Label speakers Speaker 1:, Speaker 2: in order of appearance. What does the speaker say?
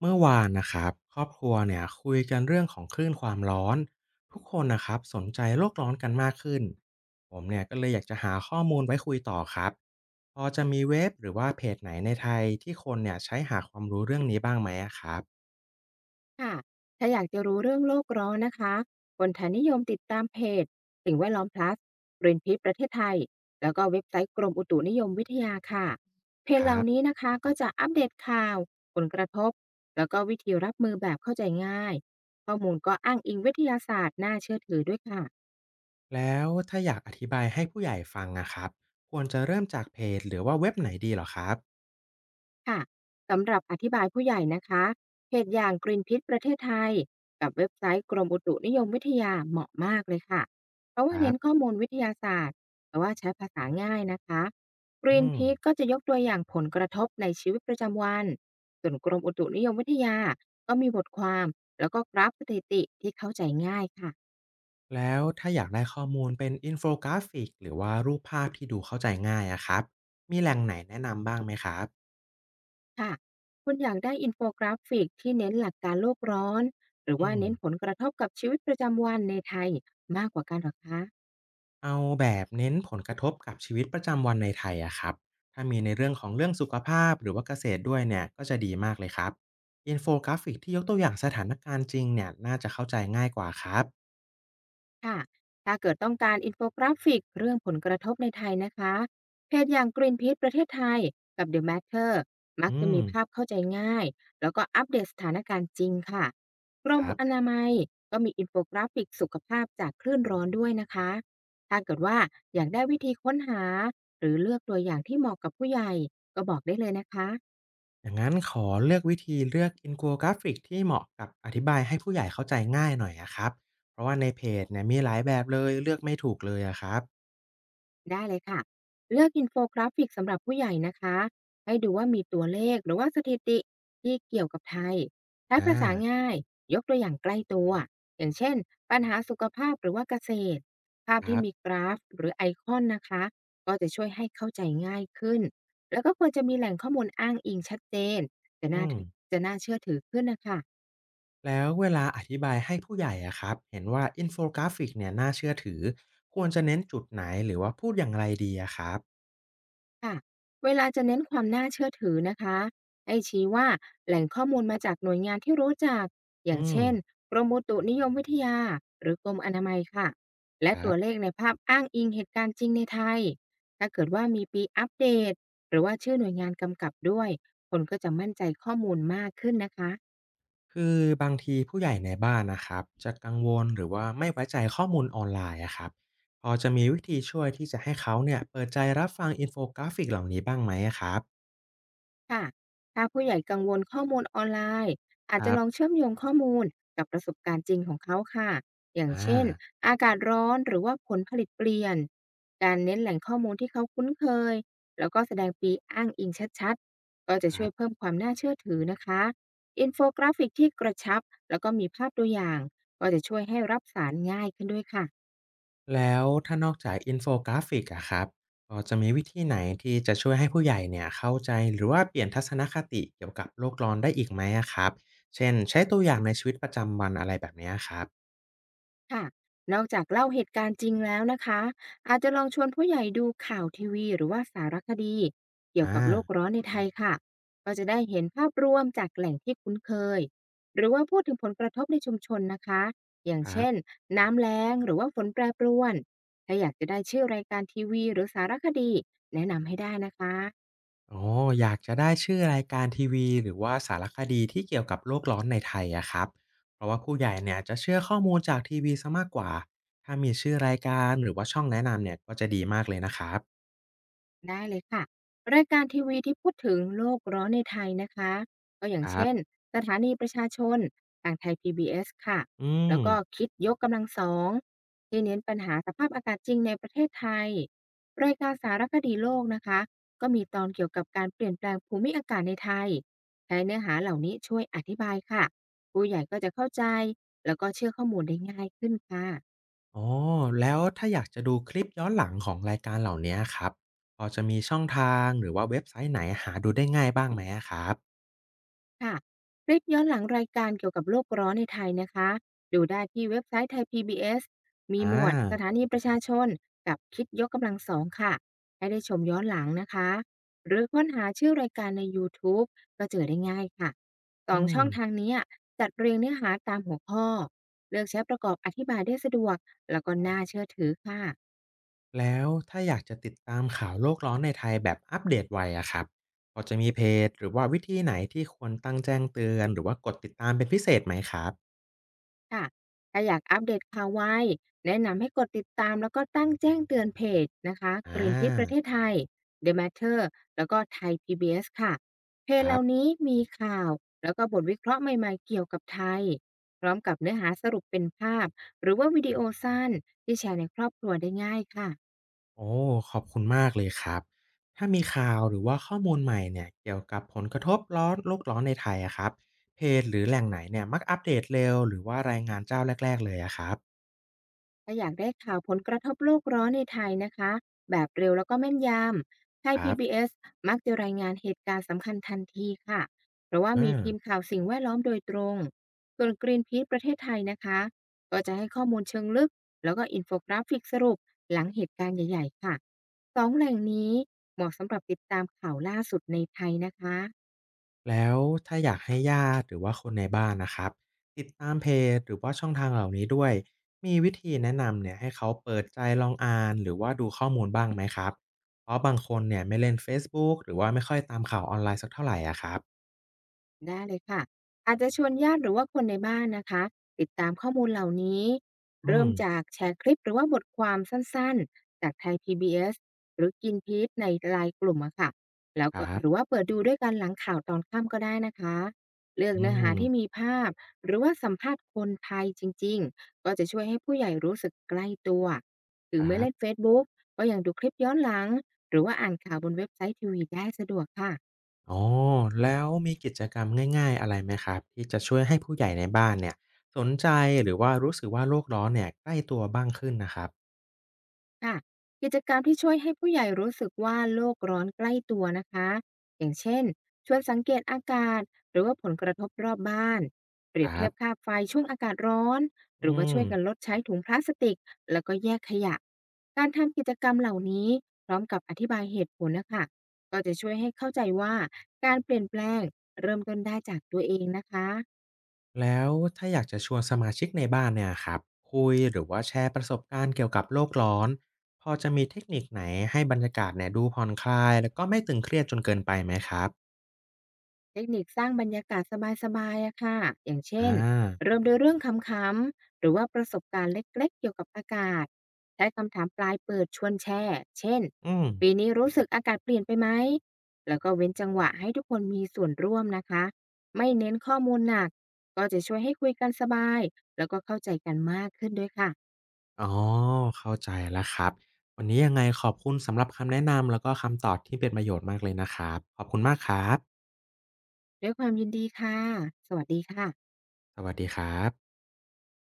Speaker 1: เมื่อวานนะครับครอบครัวเนี่ยคุยกันเรื่องของคลื่นความร้อนทุกคนนะครับสนใจโลกร้อนกันมากขึ้นผมเนี่ยก็เลยอยากจะหาข้อมูลไว้คุยต่อครับพอจะมีเว็บหรือว่าเพจไหนในไทยที่คนเนี่ยใช้หาความรู้เรื่องนี้บ้างไหมอะครับ
Speaker 2: ค่ะถ้าอยากจะรู้เรื่องโลกร้อนนะคะคนไทยนิยมติดตามเพจสิ่งแวดล้อม plus g r e e n p e a c ประเทศไทย แล้วก็เว็บไซต์กรมอุตุนิยมวิทยาค่ะ เพจ
Speaker 1: ค
Speaker 2: เห
Speaker 1: รั
Speaker 2: ล่านี้
Speaker 1: บ
Speaker 2: นะคะก็จะอัปเดตข่าวผลกระทบ แล้วก็วิธีรับมือแบบเข้าใจง่าย ข้อมูลก็อ้างอิงวิทยาศาสตร์น่าเชื่อถือด้วยค่ะ
Speaker 1: แล้วถ้าอยากอธิบายให้ผู้ใหญ่ฟังนะครับควรจะเริ่มจากเพจหรือว่าเว็บไหนดีเหรอครับ
Speaker 2: ค่ะสำหรับอธิบายผู้ใหญ่นะคะเพจอย่างกรีนพิษประเทศไทยกับเว็บไซต์กรมอุตุนิยมวิทยาเหมาะมากเลยค่ะเพราะ
Speaker 1: ค
Speaker 2: ว่า
Speaker 1: รั
Speaker 2: เน้นข้อ
Speaker 1: บ
Speaker 2: มูลวิทยาศาสตร์แต่ว่าใช้ภาษาง่ายนะคะกรีน
Speaker 1: อืม
Speaker 2: พิษก็จะยกตัวอย่างผลกระทบในชีวิตประจำวัน ส่วนกรมอุตุนิยมวิทยาก็มีบทความแล้วก็กราฟสถิติที่เข้าใจง่ายค่ะ
Speaker 1: แล้วถ้าอยากได้ข้อมูลเป็นอินโฟกราฟิกหรือว่ารูปภาพที่ดูเข้าใจง่ายอะครับมีแหล่งไหนแนะนำบ้างไหมครับ
Speaker 2: ค่ะคุณอยากได้อินโฟกราฟิกที่เน้นหลักการโลกร้อนหรือ
Speaker 1: อื
Speaker 2: ว่า
Speaker 1: ม
Speaker 2: เน้นผลกระทบกับชีวิตประจำวันในไทยมากกว่ากันเหรอคะ
Speaker 1: เอาแบบเน้นผลกระทบกับชีวิตประจำวันในไทยอะครับถ้ามีในเรื่องของเรื่องสุขภาพหรือว่าเกษตรด้วยเนี่ยก็จะดีมากเลยครับอินโฟกราฟิกที่ยกตัวอย่างสถานการณ์จริงเนี่ยน่าจะเข้าใจง่ายกว่าครับ
Speaker 2: ค่ะถ้าเกิดต้องการอินโฟกราฟิกเรื่องผลกระทบในไทยนะคะ เพจอย่าง Greenpeace ประเทศไทยกับ The Matter มัก
Speaker 1: อื
Speaker 2: จะ
Speaker 1: ม
Speaker 2: มีภาพเข้าใจง่ายแล้วก็อัปเดตสถานการณ์จริงค่ะกร
Speaker 1: ค
Speaker 2: ม
Speaker 1: รั
Speaker 2: อ
Speaker 1: บ
Speaker 2: นามัยก็มีอินโฟกราฟิกสุขภาพจากคลื่นร้อนด้วยนะคะถ้าเกิดว่าอยากได้วิธีค้นหาหรือเลือกตัวอย่างที่เหมาะกับผู้ใหญ่ก็บอกได้เลยนะคะ
Speaker 1: อย่างนั้นขอเลือกวิธีเลือก Infographic ที่เหมาะกับอธิบายให้ผู้ใหญ่เข้าใจง่ายหน่อยอะครับเพราะว่าในเพจเนี่ยมีหลายแบบเลยเลือกไม่ถูกเลยอะครับ
Speaker 2: ได้เลยค่ะ เลือกอินโฟกราฟิกสำหรับผู้ใหญ่นะคะ ให้ดูว่ามีตัวเลขหรือว่าสถิติที่เกี่ยวกับไทยใช้
Speaker 1: อา
Speaker 2: ภาษาง่ายยกตัวอย่างใกล้ตัวอย่างเช่นปัญหาสุขภาพหรือว่าเกษตรภาพ
Speaker 1: ค
Speaker 2: ที่
Speaker 1: รั
Speaker 2: มี
Speaker 1: บ
Speaker 2: กราฟหรือไอคอนนะคะก็จะช่วยให้เข้าใจง่ายขึ้นแล้วก็ควรจะมีแหล่งข้อมูลอ้างอิงชัดเจนจะน่า
Speaker 1: อืม
Speaker 2: จะน่าเชื่อถือขึ้นนะคะ
Speaker 1: แล้วเวลาอธิบายให้ผู้ใหญ่อะครับเห็นว่า Infographic เนี่ยน่าเชื่อถือควรจะเน้นจุดไหนหรือว่าพูดอย่างไรดีอะครับ
Speaker 2: ค่ะเวลาจะเน้นความน่าเชื่อถือนะคะให้ชี้ว่าแหล่งข้อมูลมาจากหน่วยงานที่รู้จักอย่า
Speaker 1: อื
Speaker 2: ง
Speaker 1: ม
Speaker 2: เช่นกรมอุตุนิยมวิทยาหรือกรมอนามัยค่ะและ
Speaker 1: ค
Speaker 2: ตั
Speaker 1: รั
Speaker 2: วเลข
Speaker 1: บ
Speaker 2: ในภาพอ้างอิงเหตุการณ์จริงในไทยถ้าเกิดว่ามีปีอัปเดตหรือว่าชื่อหน่วยงานกำกับด้วยคนก็จะมั่นใจข้อมูลมากขึ้นนะคะ
Speaker 1: คือบางทีผู้ใหญ่ในบ้านนะครับจะกังวลหรือว่าไม่ไว้ใจข้อมูลออนไลน์อะครับพอจะมีวิธีช่วยที่จะให้เขาเนี่ยเปิดใจรับฟังอินโฟกราฟิกเหล่านี้บ้างไหมอะครับ
Speaker 2: ค่ะถ้าผู้ใหญ่กังวลข้อมูลออนไลน์อาจ
Speaker 1: ค
Speaker 2: จะ
Speaker 1: รั
Speaker 2: ลอง
Speaker 1: บ
Speaker 2: เชื่อมโยงข้อมูลกับประสบการณ์จริงของเขาค่ะอย่าง
Speaker 1: อ่า
Speaker 2: เช่นอากาศร้อนหรือว่าผลผลิตเปลี่ยนการเน้นแหล่งข้อมูลที่เขาคุ้นเคยแล้วก็แสดงปีอ้างอิงชัดๆก็จะ
Speaker 1: ค
Speaker 2: ช่
Speaker 1: รั
Speaker 2: วยเพิ่
Speaker 1: บ
Speaker 2: มความน่าเชื่อถือนะคะอินโฟกราฟิกที่กระชับแล้วก็มีภาพตัวอย่างก็จะช่วยให้รับสารง่ายขึ้นด้วยค่ะ
Speaker 1: แล้วถ้านอกจากอินโฟกราฟิกอะครับพอจะมีวิธีไหนที่จะช่วยให้ผู้ใหญ่เนี่ยเข้าใจหรือว่าเปลี่ยนทัศนคติเกี่ยวกับโลกร้อนได้อีกไหมอะครับเช่นใช้ตัวอย่างในชีวิตประจำวันอะไรแบบเนี้ยครับ
Speaker 2: ค่ะนอกจากเล่าเหตุการณ์จริงแล้วนะคะอาจจะลองชวนผู้ใหญ่ดูข่าวทีวีหรือว่าสารคดีเกี่ยว
Speaker 1: อ่
Speaker 2: กับ
Speaker 1: า
Speaker 2: โลกร้อนในไทยค่ะก็จะได้เห็นภาพรวมจากแหล่งที่คุ้นเคยหรือว่าพูดถึงผลกระทบในชุมชนนะคะอย่าง
Speaker 1: ครั
Speaker 2: เช่น
Speaker 1: บ
Speaker 2: น้ำแล้งหรือว่าฝนแปรปรวนถ้าอยากจะได้ชื่อรายการทีวีหรือสารคดีแนะนำให้ได้นะคะ
Speaker 1: โอ้อยากจะได้ชื่อรายการทีวีหรือว่าสารคดีที่เกี่ยวกับโลกร้อนในไทยอะครับ เพราะว่าผู้ใหญ่เนี่ยจะเชื่อข้อมูลจากทีวีซสมากกว่า ถ้ามีชื่อรายการหรือว่าช่องแนะนำเนี่ยก็จะดีมากเลยนะครับ
Speaker 2: ได้เลยค่ะรายการทีวีที่พูดถึงโลกร้อนในไทยนะคะก็อย่าง
Speaker 1: ครั
Speaker 2: เช่น
Speaker 1: บ
Speaker 2: สถานีประชาชนทางไทย PBS ค่ะ
Speaker 1: อืม
Speaker 2: แล้วก็คิดยกกำลังสองที่เน้นปัญหาสภาพอากาศจริงในประเทศไทยรายการสารคดีโลกนะคะก็มีตอนเกี่ยวกับการเปลี่ยนแปลงภูมิอากาศในไทยใช้เนื้อหาเหล่านี้ช่วยอธิบายค่ะผู้ใหญ่ก็จะเข้าใจแล้วก็เชื่อข้อมูลได้ง่ายขึ้นค่ะ
Speaker 1: อ๋อแล้วถ้าอยากจะดูคลิปย้อนหลังของรายการเหล่าเนี้ยครับพอจะมีช่องทางหรือว่าเว็บไซต์ไหนหาดูได้ง่ายบ้างไหมอะครับ
Speaker 2: ค่ะคลิปย้อนหลังรายการเกี่ยวกับโลกร้อนในไทยนะคะดูได้ที่เว็บไซต์ไทย PBS มี
Speaker 1: อ
Speaker 2: หมวดส
Speaker 1: า
Speaker 2: ถานีประชาชนกับคิดยกกำลังสองค่ะให้ได้ชมย้อนหลังนะคะหรือค้นหาชื่อรายการใน YouTube ก็เจอได้ง่ายค่ะสอง
Speaker 1: อื
Speaker 2: ช่
Speaker 1: ม
Speaker 2: องทางนี้อะจัดเรียงเนื้อหาตามหัวข้อเลือกใช้ประกอบอธิบายได้สะดวกแล้วก็น่าเชื่อถือค่ะ
Speaker 1: แล้วถ้าอยากจะติดตามข่าวโลกร้อนในไทยแบบอัปเดตไวอะครับพอจะมีเพจหรือว่าวิธีไหนที่ควรตั้งแจ้งเตือนหรือว่ากดติดตามเป็นพิเศษไหมครับ
Speaker 2: ค่ะถ้าอยากอัปเดตข่าวไวแนะนำให้กดติดตามแล้วก็ตั้งแจ้งเตือนเพจนะคะ
Speaker 1: อ
Speaker 2: Greenpeace ประเท
Speaker 1: า
Speaker 2: ศไทย The Matter แล้วก็ Thai พีบีเ b s ค่ะเพจ
Speaker 1: ค
Speaker 2: เห
Speaker 1: รั
Speaker 2: ล่า
Speaker 1: บ
Speaker 2: นี้มีข่าวแล้วก็บทวิเคราะห์ใหม่ๆเกี่ยวกับไทยพร้อมกับเนื้อหาสรุปเป็นภาพหรือว่าวิดีโอสั้นที่แชร์ในครอบครัวได้ง่ายค่ะ
Speaker 1: โอ้ขอบคุณมากเลยครับถ้ามีข่าวหรือว่าข้อมูลใหม่เนี่ยเกี่ยวกับผลกระทบร้อนโลกร้อนในไทยอะครับเพจหรือแหล่งไหนเนี่ยมักอัปเดตเร็วหรือว่ารายงานเจ้าแรกๆเลยอะครับ
Speaker 2: ถ้าอยากได้ข่าวผลกระทบโลกร้อนในไทยนะคะแบบเร็วแล้วก็แม่นยำไทย
Speaker 1: ครับ
Speaker 2: PBS มักจะรายงานเหตุการณ์สำคัญทันทีค่ะเพราะว่า
Speaker 1: เอ
Speaker 2: มีทีม
Speaker 1: อ
Speaker 2: ข่าวสิ่งแวดล้อมโดยตรงส่วนกรีนพี e ประเทศไทยนะคะก็จะให้ข้อมูลเชิงลึกแล้วก็อินโฟกราฟิกสรุปหลังเหตุการณ์ใหญ่ๆค่ะสองแหล่งนี้เหมาะสำหรับติดตามข่าวล่าสุดในไทยนะคะ
Speaker 1: แล้วถ้าอยากให้ญาติหรือว่าคนในบ้านนะครับติดตามเพจหรือว่าช่องทางเหล่านี้ด้วยมีวิธีแนะนำเนี่ยให้เขาเปิดใจลองอ่านหรือว่าดูข้อมูลบ้างไหมครับเพราะบางคนเนี่ยไม่เล่นเ a ซ e ุ๊กหรือว่าไม่ค่อยตามข่าวออนไลน์สักเท่าไหรอะครับ
Speaker 2: ได้เลยค่ะอาจจะชวนญาติหรือว่าคนในบ้านนะคะติดตามข้อมูลเหล่านี้
Speaker 1: อื
Speaker 2: เริ่
Speaker 1: ม
Speaker 2: มจากแชร์คลิปหรือว่าบทความสั้นๆจากไทย PBS หรือกินพีชในไลน์กลุ่มอะค่ะแล้ว
Speaker 1: ค
Speaker 2: ก็
Speaker 1: รั
Speaker 2: ห
Speaker 1: บ
Speaker 2: รือว่าเปิดดูด้วยกันหลังข่าวตอนค่ำก็ได้นะคะเลือก
Speaker 1: อื
Speaker 2: เนื้อหา
Speaker 1: ม
Speaker 2: ที่มีภาพหรือว่าสัมภาษณ์คนไทยจริงๆก็จะช่วยให้ผู้ใหญ่รู้สึกใกล้ตัวหรื
Speaker 1: ค
Speaker 2: อเมื่อ
Speaker 1: รั
Speaker 2: เล่น
Speaker 1: บ
Speaker 2: เฟซบุ๊กก็ยังดูคลิปย้อนหลังหรือว่าอ่านข่าวบนเว็บไซต์ทีวีได้สะดวกค่ะ
Speaker 1: อ๋อแล้วมีกิจกรรมง่ายๆอะไรไหมครับที่จะช่วยให้ผู้ใหญ่ในบ้านเนี่ยสนใจหรือว่ารู้สึกว่าโลกร้อนเนี่ยใกล้ตัวบ้างขึ้นนะครับ
Speaker 2: ค่ะกิจกรรมที่ช่วยให้ผู้ใหญ่รู้สึกว่าโลกร้อนใกล้ตัวนะคะอย่างเช่นชวนสังเกตอากาศหรือว่าผลกระทบรอบบ้านเปรี
Speaker 1: ค
Speaker 2: ยบ
Speaker 1: รั
Speaker 2: เทียบค่า
Speaker 1: บ
Speaker 2: ไฟช่วงอากาศร้อนห
Speaker 1: อื
Speaker 2: รือว่าช่
Speaker 1: ม
Speaker 2: วยกันลดใช้ถุงพลาสติกแล้วก็แยกขยะการทำกิจกรรมเหล่านี้พร้อมกับอธิบายเหตุผลนะคะก็จะช่วยให้เข้าใจว่าการเปลี่ยนแปลงเริ่มต้นได้จากตัวเองนะคะ
Speaker 1: แล้วถ้าอยากจะชวนสมาชิกในบ้านเนี่ยครับคุยหรือว่าแชร์ประสบการณ์เกี่ยวกับโลกร้อนพอจะมีเทคนิคไหนให้บรรยากาศเนี่ยดูผ่อนคลายแล้วก็ไม่ตึงเครียดจนเกินไปไหมครับ
Speaker 2: เทคนิคสร้างบรรยากาศสบายๆอะค่ะ อย่างเช่
Speaker 1: อ่
Speaker 2: น
Speaker 1: า
Speaker 2: เริ่มด้วยเรื่องขำๆหรือว่าประสบการณ์เล็กๆเกี่ยวกับอากาศใช้คำถามปลายเปิดชวนแชร์เช่น
Speaker 1: อืม
Speaker 2: ปีนี้รู้สึกอากาศเปลี่ยนไปไหมแล้วก็เว้นจังหวะให้ทุกคนมีส่วนร่วมนะคะไม่เน้นข้อมูลหนักก็จะช่วยให้คุยกันสบายแล้วก็เข้าใจกันมากขึ้นด้วยค่ะ
Speaker 1: อ๋อเข้าใจแล้วครับวันนี้ยังไงขอบคุณสำหรับคำแนะนำแล้วก็คำตอบที่เป็นประโยชน์มากเลยนะครับขอบคุณมากครับ
Speaker 2: ด้วยความยินดีค่ะสวัสดีค่ะ
Speaker 1: สวัสดีครับ